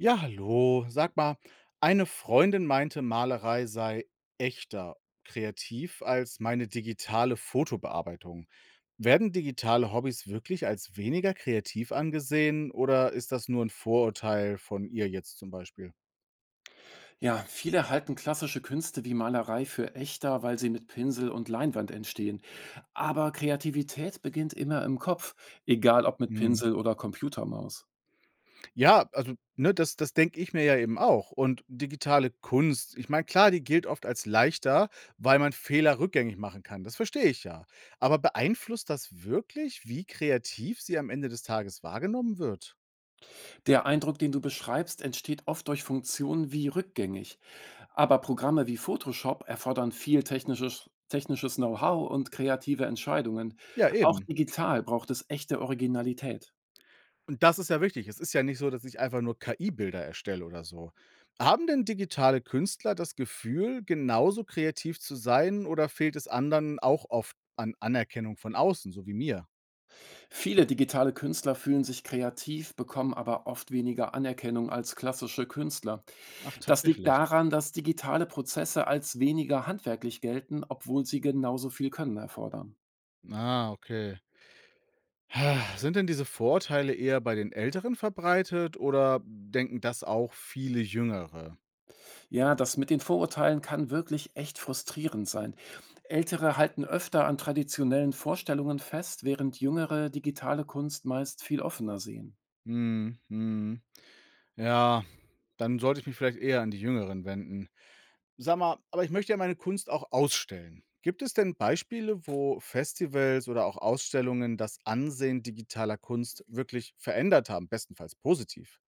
Ja, hallo. Sag mal, eine Freundin meinte, Malerei sei echter kreativ als meine digitale Fotobearbeitung. Werden digitale Hobbys wirklich als weniger kreativ angesehen oder ist das nur ein Vorurteil von ihr jetzt zum Beispiel? Ja, viele halten klassische Künste wie Malerei für echter, weil sie mit Pinsel und Leinwand entstehen. Aber Kreativität beginnt immer im Kopf, egal ob mit Hm. Pinsel oder Computermaus. Ja, also, ne, das denke ich mir ja eben auch. Und digitale Kunst, ich meine, klar, die gilt oft als leichter, weil man Fehler rückgängig machen kann. Das verstehe ich ja. Aber beeinflusst das wirklich, wie kreativ sie am Ende des Tages wahrgenommen wird? Der Eindruck, den du beschreibst, entsteht oft durch Funktionen wie rückgängig. Aber Programme wie Photoshop erfordern viel technisches Know-how und kreative Entscheidungen. Ja, Auch eben. digital braucht es echte Originalität. Und das ist ja wichtig. Es ist ja nicht so, dass ich einfach nur KI-Bilder erstelle oder so. Haben denn digitale Künstler das Gefühl, genauso kreativ zu sein oder fehlt es anderen auch oft an Anerkennung von außen, so wie mir? Viele digitale Künstler fühlen sich kreativ, bekommen aber oft weniger Anerkennung als klassische Künstler. Ach, Das liegt tatsächlich. daran, dass digitale Prozesse als weniger handwerklich gelten, obwohl sie genauso viel Können erfordern. Ah, okay. Sind denn diese Vorurteile eher bei den Älteren verbreitet oder denken das auch viele Jüngere? Ja, das mit den Vorurteilen kann wirklich echt frustrierend sein. Ältere halten öfter an traditionellen Vorstellungen fest, während jüngere digitale Kunst meist viel offener sehen. Hm, hm. Ja, dann sollte ich mich vielleicht eher an die Jüngeren wenden. Sag mal, aber ich möchte ja meine Kunst auch ausstellen. Gibt es denn Beispiele, wo Festivals oder auch Ausstellungen das Ansehen digitaler Kunst wirklich verändert haben, bestenfalls positiv?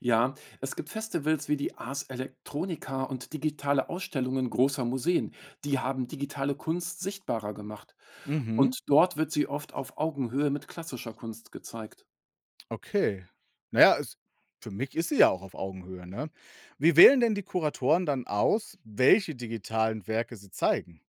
Ja, es gibt Festivals wie die Ars Electronica und digitale Ausstellungen großer Museen. Die haben digitale Kunst sichtbarer gemacht. Mhm. Und dort wird sie oft auf Augenhöhe mit klassischer Kunst gezeigt. Okay. Na ja, es, für mich ist sie ja auch auf Augenhöhe, ne? Wie wählen denn die Kuratoren dann aus, welche digitalen Werke sie zeigen?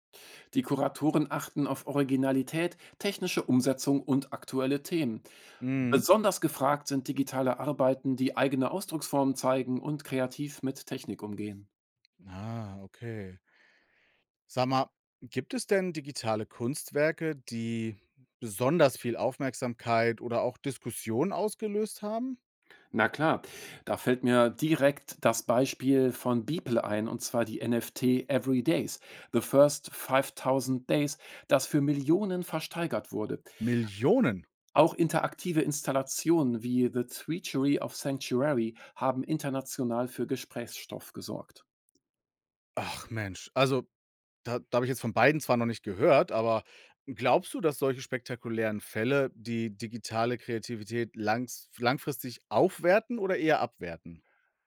Die Kuratoren achten auf Originalität, technische Umsetzung und aktuelle Themen. Mhm. Besonders gefragt sind digitale Arbeiten, die eigene Ausdrucksformen zeigen und kreativ mit Technik umgehen. Ah, okay. Sag mal, gibt es denn digitale Kunstwerke, die besonders viel Aufmerksamkeit oder auch Diskussion ausgelöst haben? Na klar, da fällt mir direkt das Beispiel von Beeple ein, und zwar die NFT Every Days, The First 5.000 Days, das für Millionen versteigert wurde. Millionen. Auch interaktive Installationen wie The Treachery of Sanctuary haben international für Gesprächsstoff gesorgt. Ach Mensch, also, da habe ich jetzt von beiden zwar noch nicht gehört, aber glaubst du, dass solche spektakulären Fälle die digitale Kreativität langs langfristig aufwerten oder eher abwerten?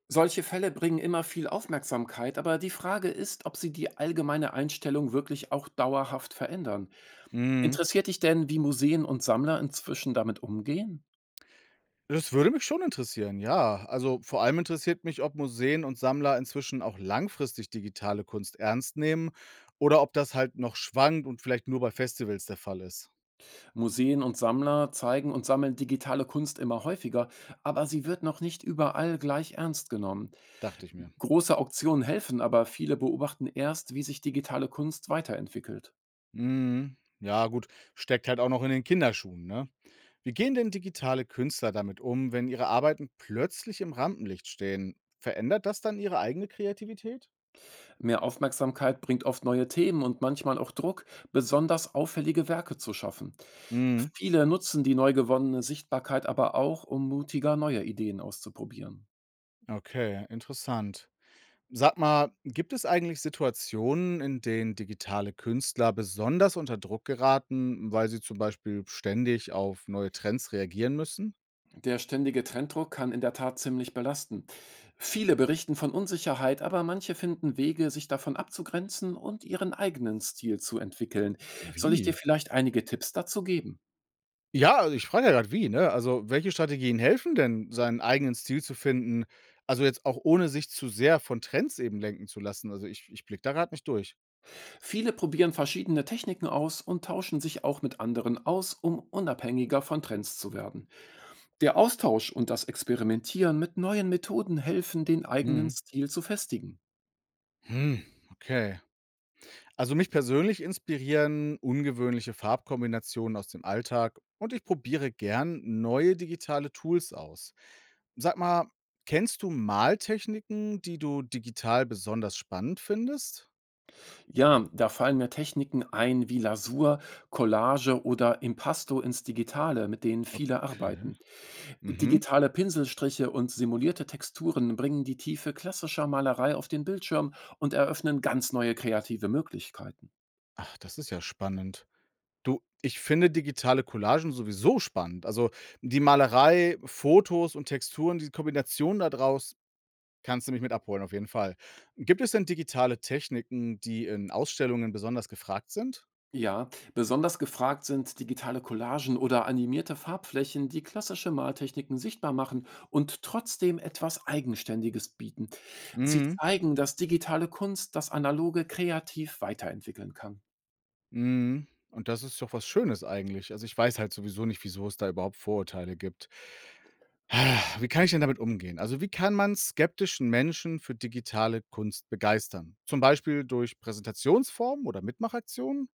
Solche Fälle bringen immer viel Aufmerksamkeit, aber die Frage ist, ob sie die allgemeine Einstellung wirklich auch dauerhaft verändern. Mhm. Interessiert dich denn, wie Museen und Sammler inzwischen damit umgehen? Das würde mich schon interessieren, ja. Also, vor allem interessiert mich, ob Museen und Sammler inzwischen auch langfristig digitale Kunst ernst nehmen oder ob das halt noch schwankt und vielleicht nur bei Festivals der Fall ist, Museen und Sammler zeigen und sammeln digitale Kunst immer häufiger, aber sie wird noch nicht überall gleich ernst genommen. dachte ich mir. Große Auktionen helfen, aber viele beobachten erst, wie sich digitale Kunst weiterentwickelt. Mhm. Ja, gut, steckt halt auch noch in den Kinderschuhen, ne? Wie gehen denn digitale Künstler damit um, wenn ihre Arbeiten plötzlich im Rampenlicht stehen? Verändert das dann ihre eigene Kreativität? Mehr Aufmerksamkeit bringt oft neue Themen und manchmal auch Druck, besonders auffällige Werke zu schaffen. Mhm. Viele nutzen die neu gewonnene Sichtbarkeit aber auch, um mutiger neue Ideen auszuprobieren. Okay, interessant. Sag mal, gibt es eigentlich Situationen, in denen digitale Künstler besonders unter Druck geraten, weil sie zum Beispiel ständig auf neue Trends reagieren müssen? Der ständige Trenddruck kann in der Tat ziemlich belasten. Viele berichten von Unsicherheit, aber manche finden Wege, sich davon abzugrenzen und ihren eigenen Stil zu entwickeln. Soll ich dir Wie? vielleicht einige Tipps dazu geben? Ja, also ich frage ja gerade, wie, ne? Also, welche Strategien helfen denn, seinen eigenen Stil zu finden? Also, jetzt auch ohne sich zu sehr von Trends eben lenken zu lassen. Also, ich blicke da gerade nicht durch. Viele probieren verschiedene Techniken aus und tauschen sich auch mit anderen aus, um unabhängiger von Trends zu werden. Der Austausch und das Experimentieren mit neuen Methoden helfen, den eigenen Mhm. Stil zu festigen. Hm, okay. Also, mich persönlich inspirieren ungewöhnliche Farbkombinationen aus dem Alltag und ich probiere gern neue digitale Tools aus. Sag mal, kennst du Maltechniken, die du digital besonders spannend findest? Ja, da fallen mir Techniken ein wie Lasur, Collage oder Impasto ins Digitale, mit denen viele Okay. arbeiten. Mhm. Digitale Pinselstriche und simulierte Texturen bringen die Tiefe klassischer Malerei auf den Bildschirm und eröffnen ganz neue kreative Möglichkeiten. Ach, das ist ja spannend. Du, ich finde digitale Collagen sowieso spannend. Also, die Malerei, Fotos und Texturen, die Kombination da draus, kannst du mich mit abholen, auf jeden Fall. Gibt es denn digitale Techniken, die in Ausstellungen besonders gefragt sind? Ja, besonders gefragt sind digitale Collagen oder animierte Farbflächen, die klassische Maltechniken sichtbar machen und trotzdem etwas Eigenständiges bieten. Sie Mhm, zeigen, dass digitale Kunst das Analoge kreativ weiterentwickeln kann. mhm. Und das ist doch was Schönes eigentlich. Also, ich weiß halt sowieso nicht, wieso es da überhaupt Vorurteile gibt. Ah, wie kann ich denn damit umgehen? Also, wie kann man skeptischen Menschen für digitale Kunst begeistern? Zum Beispiel durch Präsentationsformen oder Mitmachaktionen?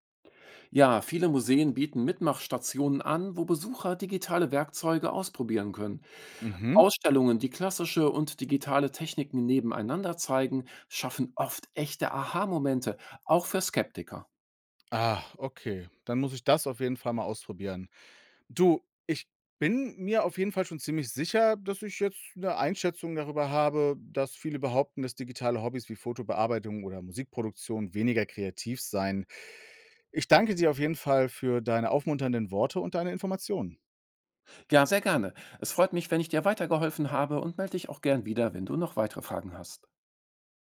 Ja, viele Museen bieten Mitmachstationen an, wo Besucher digitale Werkzeuge ausprobieren können. Mhm. Ausstellungen, die klassische und digitale Techniken nebeneinander zeigen, schaffen oft echte Aha-Momente, auch für Skeptiker. Ah, okay. Dann muss ich das auf jeden Fall mal ausprobieren. Du, ich bin mir auf jeden Fall schon ziemlich sicher, dass ich jetzt eine Einschätzung darüber habe, dass viele behaupten, dass digitale Hobbys wie Fotobearbeitung oder Musikproduktion weniger kreativ seien. Ich danke dir auf jeden Fall für deine aufmunternden Worte und deine Informationen. Ja, sehr gerne. Es freut mich, wenn ich dir weitergeholfen habe und melde dich auch gern wieder, wenn du noch weitere Fragen hast.